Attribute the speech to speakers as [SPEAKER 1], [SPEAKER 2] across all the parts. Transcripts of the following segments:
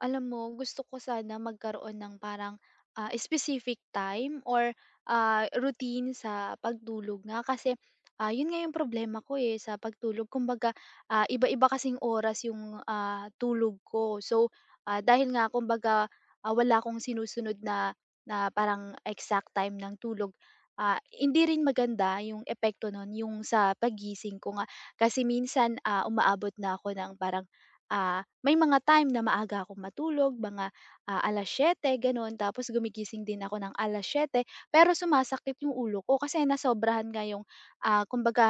[SPEAKER 1] Alam mo, gusto ko sana magkaroon ng parang, specific time or, routine sa pagtulog nga kasi, yun nga yung problema ko, eh, sa pagtulog kumbaga, iba-iba kasing oras yung, tulog ko. So, dahil nga kumbaga, wala akong sinusunod na na parang exact time ng tulog, hindi rin maganda yung epekto nun yung sa paggising ko nga. Kasi minsan, umaabot na ako ng parang. May mga time na maaga akong matulog, mga, 7:00 gano'n, tapos gumigising din ako ng 7:00, pero sumasakit yung ulo ko kasi nasobrahan nga yung, kumbaga,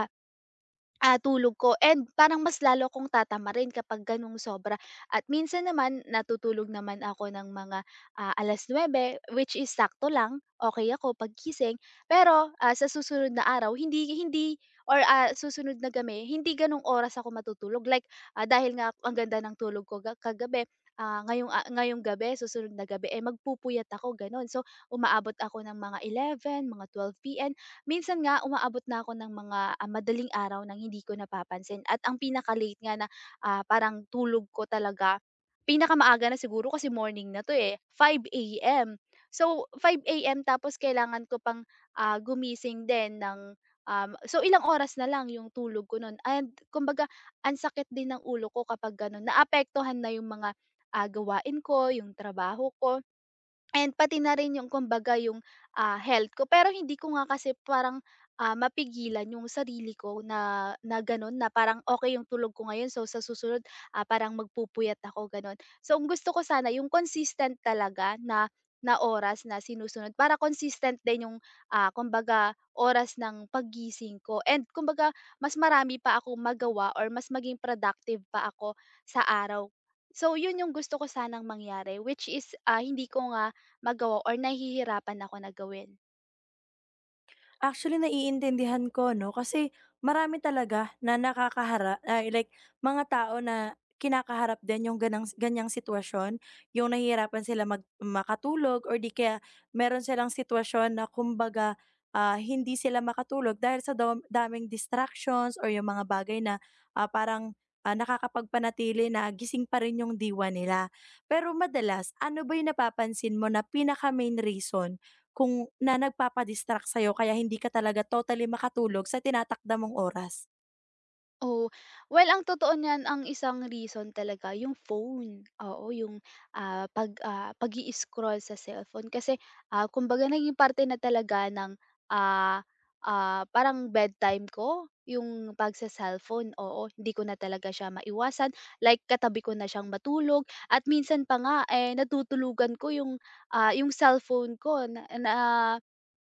[SPEAKER 1] Tulog ko, and parang mas lalo akong tatamarin kapag gano'ng sobra. At minsan naman natutulog naman ako ng mga, 9:00, which is sakto lang, okay ako paggising. Pero, sa susunod na araw hindi hindi or, susunod na gabi hindi gano'ng oras ako matutulog, like, dahil nga ang ganda ng tulog ko ga kagabi, ngayong gabi susunod na gabi, eh, magpupuyat ako gano'n. So, umaabot ako ng mga eleven, mga 12 PM. Minsan nga umaabot na ako ng mga, madaling araw nang hindi ko napapansin, at ang pinaka-late nga na, parang tulog ko talaga, pinakamaaga na siguro kasi morning na 'to, eh, 5 AM. So, 5 AM tapos kailangan ko pang, gumising din ng, so ilang oras na lang yung tulog ko nun, and kumbaga ang sakit din ng ulo ko kapag gano'n. Naapektuhan na yung mga, gawain ko, yung trabaho ko. And pati na rin yung kumbaga yung, health ko. Pero hindi ko nga kasi parang, mapigilan yung sarili ko na na gano'n, na parang okay yung tulog ko ngayon, so sa susunod, parang magpupuyat ako gano'n. So ang gusto ko sana yung consistent talaga na na oras na sinusunod, para consistent din yung, kumbaga oras ng paggising ko, and kumbaga mas marami pa ako magawa or mas maging productive pa ako sa araw. So yun yung gusto ko sanang mangyari, which is, hindi ko nga magawa or nahihirapan ako na gawin.
[SPEAKER 2] Actually, naiintindihan ko 'no, kasi marami talaga na nakakahara ay like mga tao na kinakaharap din yung ganyang sitwasyon, yung nahihirapan sila makatulog or di kaya meron silang sitwasyon na kumbaga, hindi sila makatulog dahil sa daming distractions or yung mga bagay na, parang, nakakapagpanatili na gising pa rin yung diwa nila. Pero madalas, ano ba yung napapansin mo na pinaka-main reason kung na nagpapa sa'yo kaya hindi ka talaga totally makatulog sa tinatakda mong oras.
[SPEAKER 1] Oo. Well, ang totoo niyan, ang isang reason talaga yung phone. Oo, yung, pag-i-scroll sa cellphone kasi, kumbaga naging parte na talaga ng, ah, parang bedtime ko yung pag sa cellphone. Oo, hindi ko na talaga siya maiwasan, like katabi ko na siyang matulog at minsan pa nga, eh, natutulugan ko yung, yung cellphone ko na na,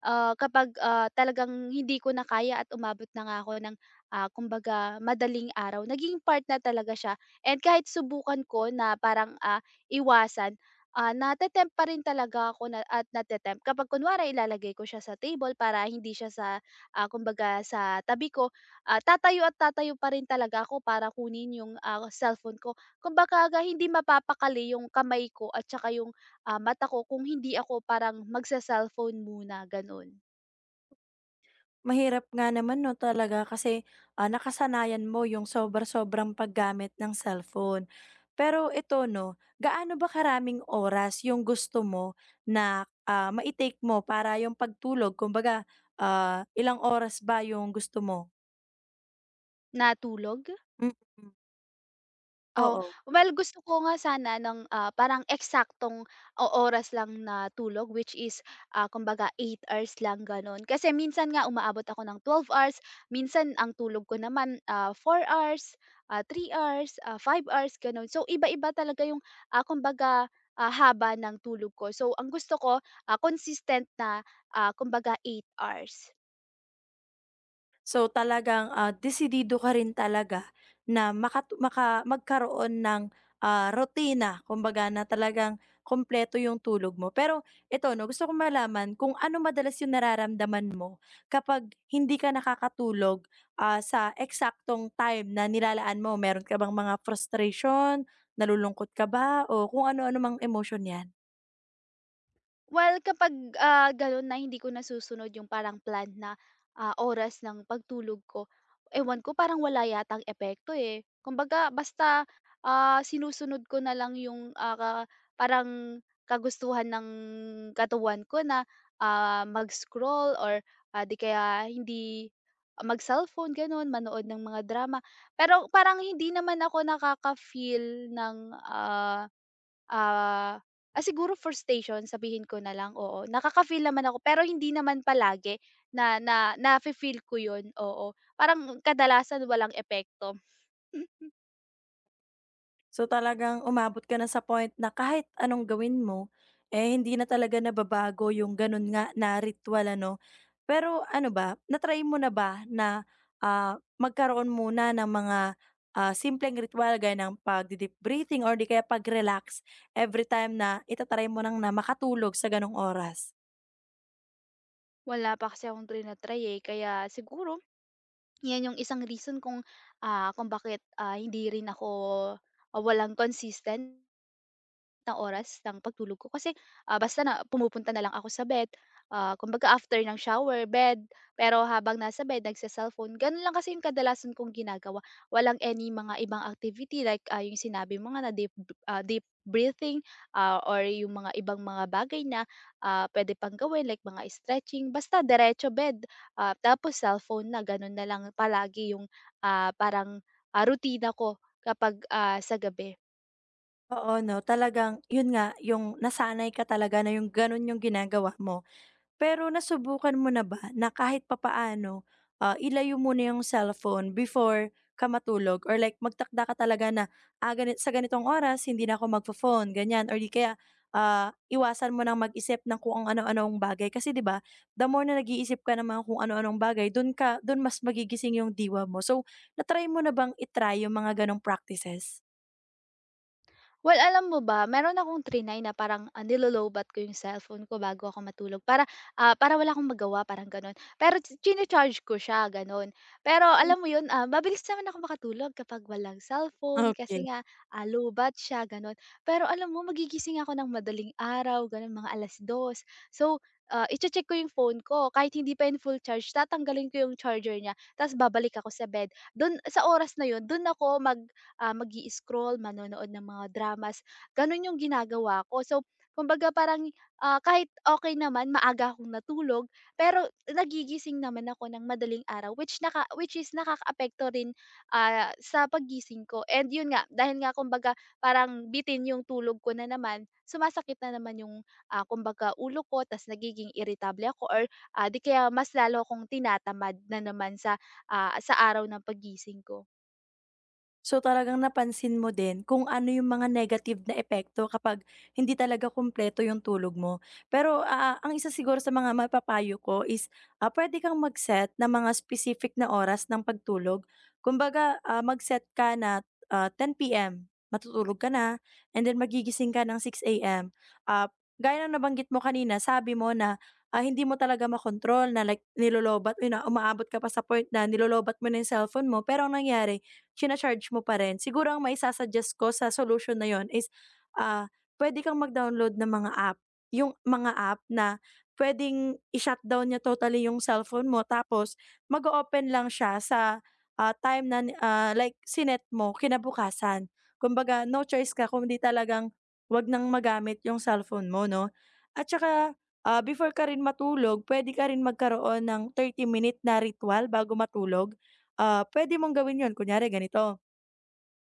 [SPEAKER 1] ah, kapag, talagang hindi ko na kaya at umabot na nga ako ng kumbaga madaling araw, naging part na talaga siya, and kahit subukan ko na parang, iwasan, nate pa rin talaga ako na at nate kapag kunwari ilalagay ko siya sa table para hindi siya sa, kumbaga sa tabi ko, tatayo at tatayo pa rin talaga ako para kunin yung, cellphone ko. Kumbaga aga, hindi mapapakali yung kamay ko at saka yung, mata ko kung hindi ako parang magsa cellphone muna, gano'n.
[SPEAKER 2] Mahirap nga naman 'no talaga kasi, nakasanayan mo yung sobra-sobrang paggamit ng cellphone. Pero ito 'no, gaano ba karaming oras yung gusto mo na, ah, mai mo para yung pagtulog kumbaga, ilang oras ba yung gusto mo?
[SPEAKER 1] Natulog.
[SPEAKER 2] Mm, mm.
[SPEAKER 1] Oo.
[SPEAKER 2] Oo.
[SPEAKER 1] Well, gusto ko nga sana ng, parang eksaktong o oras lang na tulog, which is, kumbaga 8 hours lang gano'n. Kasi minsan nga umaabot ako ng 12 hours, minsan ang tulog ko naman, 4 hours, 3 hours, 5 hours gano'n. So iba-iba talaga yung, haba ng tulog ko. So ang gusto ko, consistent na, kumbaga eight hours.
[SPEAKER 2] So talagang, desidido ka rin talaga na makatu maka magkaroon ng, rutina kumbaga na talagang kompleto yung tulog mo. Pero ito 'no, gusto kong malaman kung ano madalas yung nararamdaman mo kapag hindi ka nakakatulog, sa eksaktong time na nilalaan mo? Meron ka bang mga frustration, nalulungkot ka ba o kung ano-ano mang emotion 'yan?
[SPEAKER 1] Well, kapag, gano'n na hindi ko nasusunod yung parang plan na, oras ng pagtulog ko, ewan ko parang wala yatang epekto, eh. Kumbaga basta, sinusunod ko na lang yung, ka parang kagustuhan ng katawan ko na, mag-scroll or, 'di kaya hindi mag-cellphone gano'n, manood ng mga drama. Pero parang hindi naman ako nakaka-feel ng, ah, ah siguro frustration sabihin ko na lang, oo. Nakaka-feel naman ako pero hindi naman palagi na na na feel ko 'yun, oo. Parang kadalasan walang epekto.
[SPEAKER 2] So, talagang umabot ka na sa point na kahit anong gawin mo, eh, hindi na talaga nababago yung ganun nga na ritwal, ano? Pero ano ba, natry mo na ba na magkaroon muna ng mga simpleng ritual gaya ng pagdi-deep breathing or di kaya pag-relax every time na itatry mo na makatulog sa ganong oras?
[SPEAKER 1] Wala pa kasi akong trina-try, eh, kaya siguro 'yan 'yung isang reason kung, kung bakit, hindi rin ako, walang consistent ng oras ng pagtulog ko kasi, basta na pumupunta na lang ako sa bed, kumbaga after ng shower, bed. Pero habang nasa bed nagse-cellphone, gano'n lang kasi yung kadalasan kong ginagawa. Walang any mga ibang activity, like, yung sinabi mo nga na deep breathing, or yung mga ibang mga bagay na, pwede pang gawin like mga stretching, basta diretso bed, tapos cellphone na gano'n na lang palagi yung, ah, parang, rutina ko kapag, sa gabi.
[SPEAKER 2] Oo, no? Talagang, yun nga, yung nasanay ka talaga na yung ganun yung ginagawa mo. Pero nasubukan mo na ba na kahit papaano, ilayo mo na yung cellphone before ka matulog or like magtakda ka talaga na, ah, ganit sa ganitong oras hindi na ako magfo-phone, ganyan or di kaya, iwasan mo ng mag-isip ng kung ang ano-anong bagay kasi 'di ba, the more na nag-iisip ka ng mga kung ano-anong bagay dun mas magigising yung diwa mo. So, na-try mo na bang i-try yung mga ganong practices?
[SPEAKER 1] Well, alam mo ba, meron akong trinay na parang, nilolowbat ko yung cellphone ko bago ako matulog para, para wala akong magawa, parang gano'n. Pero chine-charge ko siya, gano'n. Pero
[SPEAKER 2] Hmm,
[SPEAKER 1] alam mo 'yun, mabilis naman ako makatulog kapag walang cellphone
[SPEAKER 2] okey.
[SPEAKER 1] kasi nga, lowbat siya, gano'n. Pero alam mo, magigising ako ng madaling araw, gano'n, mga alas dos. So, iche-check ko yung phone ko kahit hindi pa in full charge, tatanggalin ko yung charger niya ta's babalik ako sa bed. Do'n sa oras na 'yun, do'n ako mag mag scroll, manonood ng mga dramas. Gano'n yung ginagawa ko. So, kumbaga parang, kahit okay naman maaga akong natulog, pero nagigising naman ako ng madaling araw, which is nakakaapekto rin, sa paggising ko. And yun nga, dahil nga kumbaga parang bitin yung tulog ko na naman, sumasakit na naman yung, kumbaga ulo ko ta's nagiging irritable ako or, 'di kaya mas lalo akong tinatamad na naman sa, sa araw ng paggising ko.
[SPEAKER 2] So, talagang napansin mo din kung ano yung mga negative na epekto kapag hindi talaga kumpleto yung tulog mo. Pero, ang isa siguro sa mga mapapayo ko is, puwede kang mag-set ng mga specific na oras ng pagtulog. Kumbaga, mag-set ka na, 10:00 PM, matutulog ka na, and then magigising ka ng 6:00 AM. Ah, Gaya ng nabanggit mo kanina, sabi mo na, hindi mo talaga makontrol na like nilolobat yun na umaabot ka pa sa point na nilolobat mo na yung cellphone mo, pero ang nangyari china-charge mo pa rin. Siguro ang maisa-suggest ko sa solution na yun is, ah, pwede kang mag-download ng mga app. Yung mga app na puwedeng i-shutdown niya totally yung cellphone mo tapos mag open lang siya sa, time na, like sinet mo kinabukasan. Kumbaga no choice ka kung kundi talagang 'wag nang magamit yung cellphone mo 'no? At tsaka, before ka rin matulog pwede ka rin magkaroon ng 30-minute na ritual bago matulog pwede mong gawin 'yun. Kunyari ganito,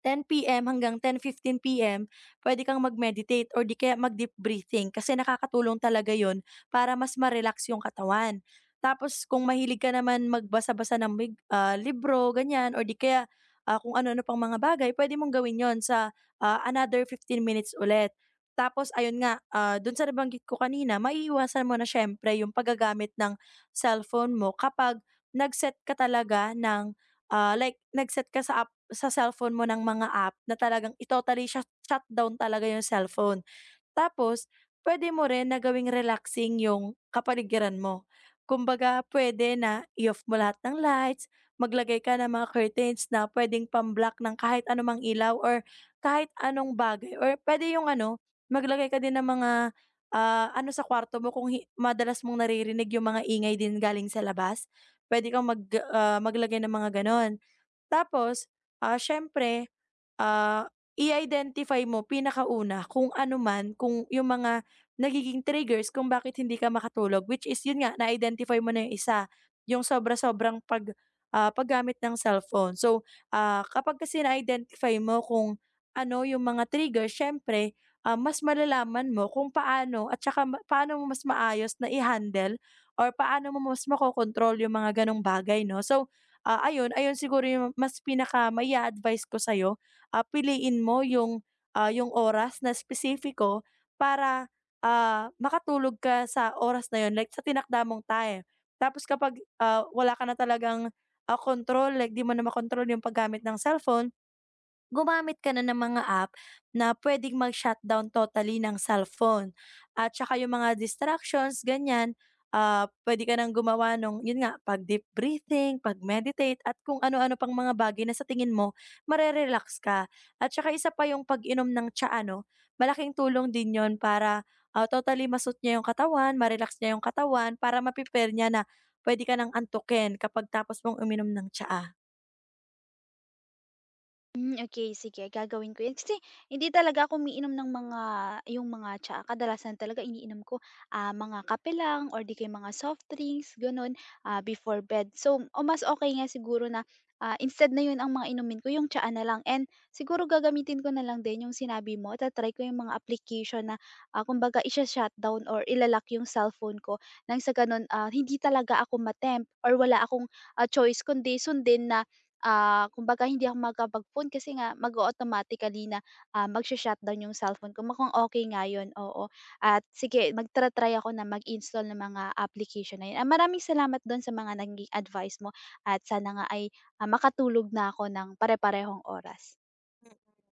[SPEAKER 2] 10 PM hanggang 10:15 PM, pwede kang mag-meditate or 'di kaya mag-deep breathing kasi nakakatulong talaga yon para mas ma-relax yung katawan. Tapos kung mahilig ka naman magbasa-basa ng libro ganyan or 'di kaya, kung ano-ano pang mga bagay, pwede mong gawin yon sa, another 15 minutes ulit. Tapos ayun nga, do'n sa nabanggit ko kanina, maiiwasan mo na siyempre yung paggagamit ng cellphone mo kapag nag-set ka talaga ng, like nag-set ka sa app sa cellphone mo ng mga app na talagang i-totally shutdown talaga yung cellphone. Tapos pwede mo rin na gawing relaxing yung kapaligiran mo. Kumbaga pwede na i-off mo lahat ng lights, maglagay ka ng mga curtains na puwedeng ng kahit anumang ilaw or kahit anong bagay or pwede yung ano, maglagay ka din ng mga, ano sa kwarto mo kung madalas mong naririnig yung mga ingay din galing sa labas, puwede kang maglagay ng mga gano'n. Tapos, siyempre, ah, i-identify mo pinakauna kung ano man, kung yung mga nagiging triggers kung bakit hindi ka makatulog, which is yun nga, na-identify mo na yung isa, yung sobra-sobrang paggamit ng cellphone. So, kapag kasi na-identify mo kung ano yung mga triggers, siyempre, mas malalaman mo kung paano at saka paano mo mas maayos na i-handle or paano mo mas makokontrol yung mga ganong bagay, no? So, ayun ayun siguro yung mas pinaka mai-a-advice ko sa'yo, piliin mo yung oras na espesipiko para, makatulog ka sa oras na yun like sa tinakda mong time. Tapos kapag, wala ka na talagang, kontrol like di mo na makontrol yung paggamit ng cellphone. Gumamit ka na ng mga app na puwedeng mag-shutdown totally ng cellphone at tsaka yung mga distractions ganiyan, puwede ka ng gumawa nung yun nga pag-deep breathing, pag-meditate at kung ano-ano pang mga bagay na sa tingin mo marerelax ka. At tsaka isa pa yung pag-inom ng tsaa 'no, malaking tulong din yon para, totally soothe niya yung katawan, ma-relax niya yung katawan para ma-prepare niya na puwede ka ng antukin kapag tapos mong uminom ng tsaa.
[SPEAKER 1] Hmm, okay, sige, gagawin ko yun. Kasi hindi talaga ako umiinom ng mga yung mga tsaa, kadalasan talaga iniinom ko, mga kape lang or 'di kaya mga soft drinks gano'n, before bed. So, o mas okay nga siguro na, instead na 'yun ang mga inumin ko, yung tsaa na lang, and siguro gagamitin ko na lang din yung sinabi mo, ta-try ko yung mga application na, kumbaga isha-shutdown or ilalak yung cellphone ko nang sa gano'n, hindi talaga ako ma-tempt or wala akong, choice kundi sundin na kumbaga hindi ako makakapag-phone kasi nga mag automatically na, magsho-shutdown yung cellphone ko, mukhang okay nga yun, oo. At sige, magtra-try ako na mag-install ng mga application na yun. Ah, maraming salamat dun sa mga naging advice mo at sana nga ay, makatulog na ako ng pare-parehong oras.